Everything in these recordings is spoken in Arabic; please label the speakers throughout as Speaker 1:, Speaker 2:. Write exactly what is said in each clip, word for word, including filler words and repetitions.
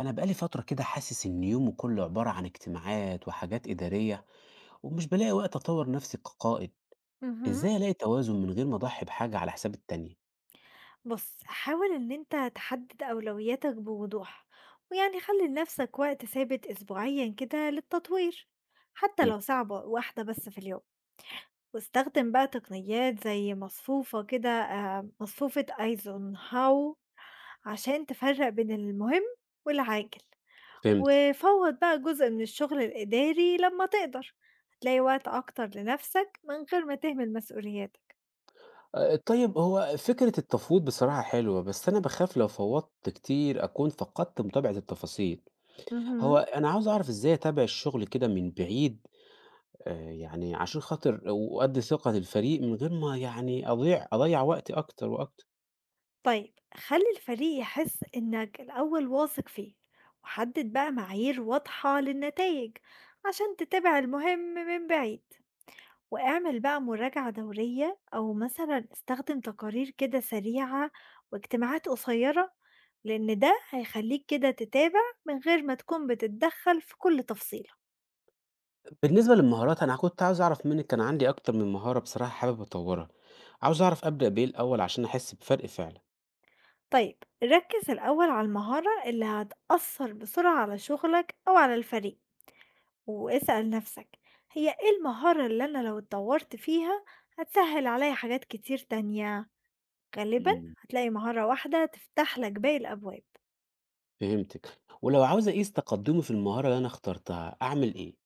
Speaker 1: أنا بقالي فترة كده حاسس إن يومي كله عبارة عن اجتماعات وحاجات إدارية ومش بلاقي وقت أطور نفسي كقائد،
Speaker 2: اهم.
Speaker 1: إزاي ألاقي توازن من غير ما أضحي بحاجة على حساب التانية؟
Speaker 2: بُص، حاول إن أنت تحدد أولوياتك بوضوح، ويعني خلّي لنفسك وقت ثابت أسبوعيًا كده للتطوير، حتى
Speaker 1: حلو.
Speaker 2: لو ساعة ب واحدة بس في اليوم، واستخدم بقى تقنيات زي مصفوفة كده آآ، مصفوفة أيزنهاو عشان تفرّق بين المهم والعاجل،
Speaker 1: فهمت.
Speaker 2: وفوّض بقى جزء من الشغل الإداري لمّا تقدر، هتلاقي وقت أكتر لنفسك من غير ما تهمل مسؤولياتك.
Speaker 1: آه، طيب هو فكرة التفويض بصراحة حلوة بس أنا بخاف لو فوضت كتير أكون فقدت متابعة التفاصيل. هو
Speaker 2: اهم.
Speaker 1: أنا عاوز أعرف إزاي أتابع الشغل كده من بعيد. آه، يعني عشان خاطر وأدي ثقة للفريق من غير ما يعني أضيع أضيع وقتي أكتر وأكتر.
Speaker 2: طيب خلي الفريق يحس إنك الأول واثق فيه وحدد بقى معايير واضحة للنتائج عشان تتابع المهم من بعيد، واعمل بقى مراجعة دورية أو مثلا استخدم تقارير كده سريعة واجتماعات قصيرة، لأن ده هيخليك كده تتابع من غير ما تكون بتتدخل في كل تفصيلة.
Speaker 1: بالنسبة للمهارات أنا كنت عاوز أعرف منك كان عندي أكتر من مهارة بصراحة حابب أطورها، عاوز أعرف أبدأ بإيه الأول عشان أحس بفرق فعلا.
Speaker 2: طيب ركز الأول على المهارة اللي هتأثر بسرعة على شغلك أو على الفريق، واسأل نفسك، هي ايه المهارة اللي أنا لو اتطورت فيها هتسهل عليا حاجات كتير تانية. غالبا
Speaker 1: مم.
Speaker 2: هتلاقي مهارة واحدة تفتح لك باقي الأبواب.
Speaker 1: فهمتك، ولو عاوز أقيس تقدمي في المهارة اللي أنا اخترتها أعمل إيه؟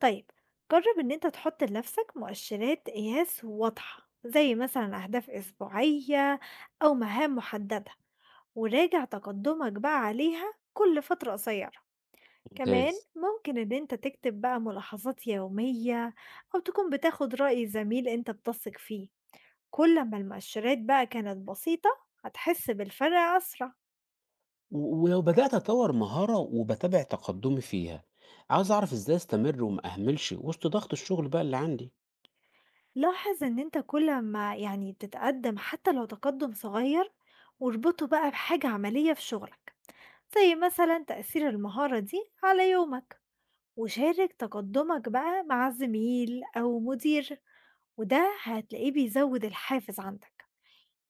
Speaker 2: طيب جرب إن أنت تحط لنفسك مؤشرات قياس واضحة زي مثلا أهداف أسبوعية أو مهام محددة، وراجع تقدمك بقى عليها كل فترة قصيرة. كمان
Speaker 1: ممتاز.
Speaker 2: ممكن إن أنت تكتب بقى ملاحظات يومية أو تكون بتاخد رأي زميل أنت بتثق فيه. كل ما المؤشرات بقى كانت بسيطة هتحس بالفرق أسرع.
Speaker 1: و- ولو بدأت أطور مهارة وبتابع تقدمي فيها، عاوز أعرف إزاي أستمر وما أهملش وسط ضغط الشغل بقى اللي عندي.
Speaker 2: لاحظ إن أنت كل ما يعني بتتقدم حتى لو تقدم صغير، واربطه بقى بحاجة عملية في شغلك زي مثلا تأثير المهارة دي على يومك، وشارك تقدمك بقى مع زميل أو مدير، وده هتلاقيه بيزود الحافز عندك.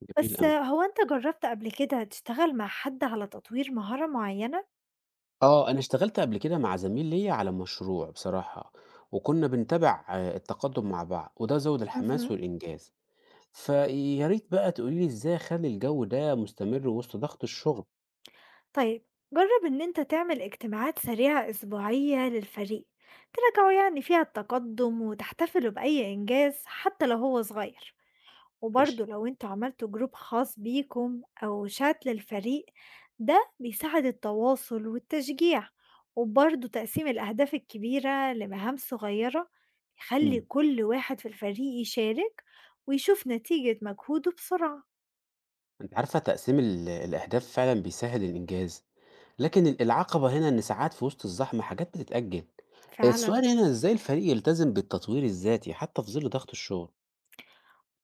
Speaker 1: جميل
Speaker 2: بس
Speaker 1: أوي.
Speaker 2: هو أنت جربت قبل كده تشتغل مع حد على تطوير مهارة معينة؟
Speaker 1: آه، أنا اشتغلت قبل كده مع زميل ليا على مشروع بصراحة، وكنا بنتابع آه، التقدم مع بعض وده زود الحماس
Speaker 2: مهم.
Speaker 1: والإنجاز. فيا ريت بقى تقولي لي إزاي أخلّي الجو ده مستمر وسط ضغط الشغل؟
Speaker 2: طيب جرب إن أنت تعمل اجتماعات سريعة أسبوعية للفريق تراجعوا يعني فيها التقدم وتحتفلوا بأي إنجاز حتى لو هو صغير.
Speaker 1: ماشي.
Speaker 2: وبرضه لو أنتوا عملتوا جروب خاص بيكم أو شات للفريق، ده بيساعد التواصل والتشجيع. وبرضه تقسيم الأهداف الكبيرة لمهام صغيرة يخلي
Speaker 1: إمم.
Speaker 2: كل واحد في الفريق يشارك ويشوف نتيجة مجهوده بسرعة.
Speaker 1: أنتِ عارفة تقسيم ال الأهداف فعلًا بيسهّل الإنجاز، لكن ال العقبة هنا إن ساعات في وسط الزحمة حاجات بتتأجل.
Speaker 2: فعلا
Speaker 1: السؤال هنا إزاي الفريق يلتزم بالتطوير الذاتي حتى في ظل ضغط الشغل؟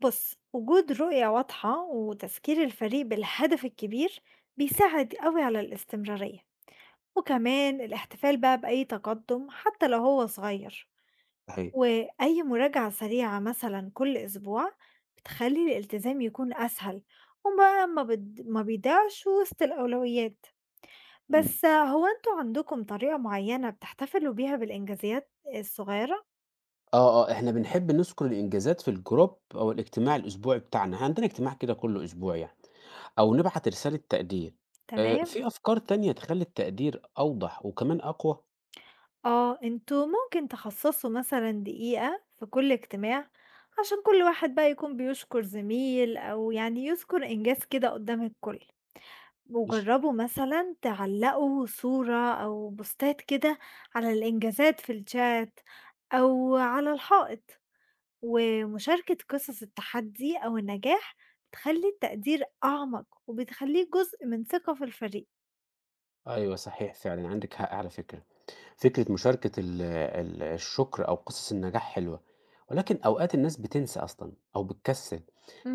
Speaker 2: بص، وجود رؤية واضحة وتذكير الفريق بالهدف الكبير بيساعد قوي على الاستمرارية، وكمان الاحتفال بقى بأي تقدم حتى لو هو صغير،
Speaker 1: صحيح.
Speaker 2: وأي مراجعة سريعة مثلا كل أسبوع بتخلي الالتزام يكون أسهل وما ما, بد... ما بيضيعش وسط الأولويات.
Speaker 1: إمم.
Speaker 2: بس هو انتوا عندكم طريقة معينة بتحتفلوا بيها بالإنجازات الصغيرة؟
Speaker 1: آه، آه، إحنا بنحب نذكر الإنجازات في الجروب أو الاجتماع الأسبوعي بتاعنا، إحنا عندنا اجتماع كده كل أسبوع يعني، أو نبعت رسالة تقدير. آآ،
Speaker 2: تمام.
Speaker 1: في أفكار تانية تخلّي التقدير أوضح وكمان أقوى؟
Speaker 2: آه انتوا ممكن تخصصوا مثلا دقيقة في كل اجتماع عشان كل واحد بقى يكون بيشكر زميل أو يعني يذكر إنجاز كده قدام الكل،
Speaker 1: ماشي.
Speaker 2: وجربوا مثلا تعلقوا صورة أو بوستات كده على الإنجازات في الشات أو على الحائط، ومشاركة قصص التحدي أو النجاح بتخلي التقدير أعمق وبتخليه جزء من ثقة في الفريق.
Speaker 1: أيوه صحيح فعلًا، عندِك حق على فكرة. فكرة مشاركة ال ال الشكر أو قصص النجاح حلوة، ولكن أوقات الناس بتنسى أصلًا أو بتكسّل.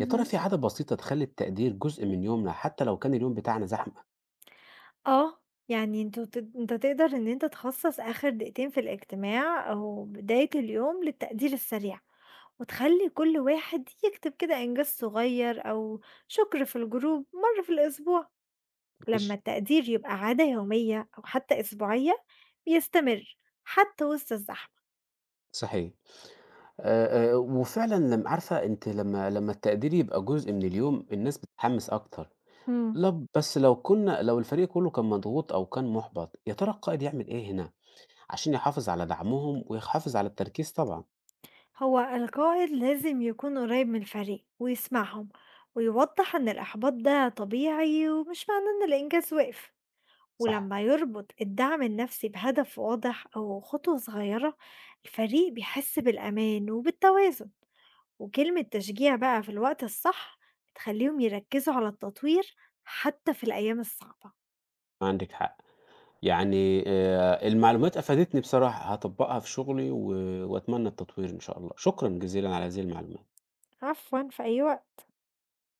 Speaker 1: يا ترى في عادة بسيطة تخلّي التقدير جزء من يومنا حتى لو كان اليوم بتاعنا زحمة؟
Speaker 2: آه، يعني أنتم ت أنت تقدر إن أنت تخصص آخر دقيقتين في الاجتماع أو بداية اليوم للتقدير السريع، وتخلي كل واحد يكتب كده إنجاز صغير أو شكر في الجروب مرة في الأسبوع، لما
Speaker 1: معلش.
Speaker 2: التقدير يبقى عادة يومية أو حتى أسبوعية بيستمر حتى وسط الزحمة.
Speaker 1: صحيح. آآ، آآ، وفعلًا لم عارفة أنتِ لمّا لمّا التقدير يبقى جزء من اليوم الناس بتتحمس أكتر.
Speaker 2: امم
Speaker 1: لب بس لو كنا لو الفريق كله كان مضغوط أو كان مُحبط، يا ترى القائد يعمل إيه هنا عشان يحافظ على دعمهم ويحافظ على التركيز طبعًا؟
Speaker 2: هو القائد لازم يكون قريب من الفريق ويسمعهم، ويوضح إن الإحباط ده طبيعي ومش معناه إن الإنجاز وقف.
Speaker 1: صح.
Speaker 2: ولما يربط الدعم النفسي بهدف واضح أو خطوة صغيرة الفريق بيحس بالأمان وبالتوازن، وكلمة تشجيع بقى في الوقت الصح بتخليهم يركزوا على التطوير حتى في الأيام الصعبة.
Speaker 1: عندِك حق. يعني آآ المعلومات أفادتني بصراحة، هاطبّقها في شغلي و وأتمنى التطوير إن شاء الله. شكرًا جزيلًا على هذه المعلومات.
Speaker 2: عفوا، في أي وقت.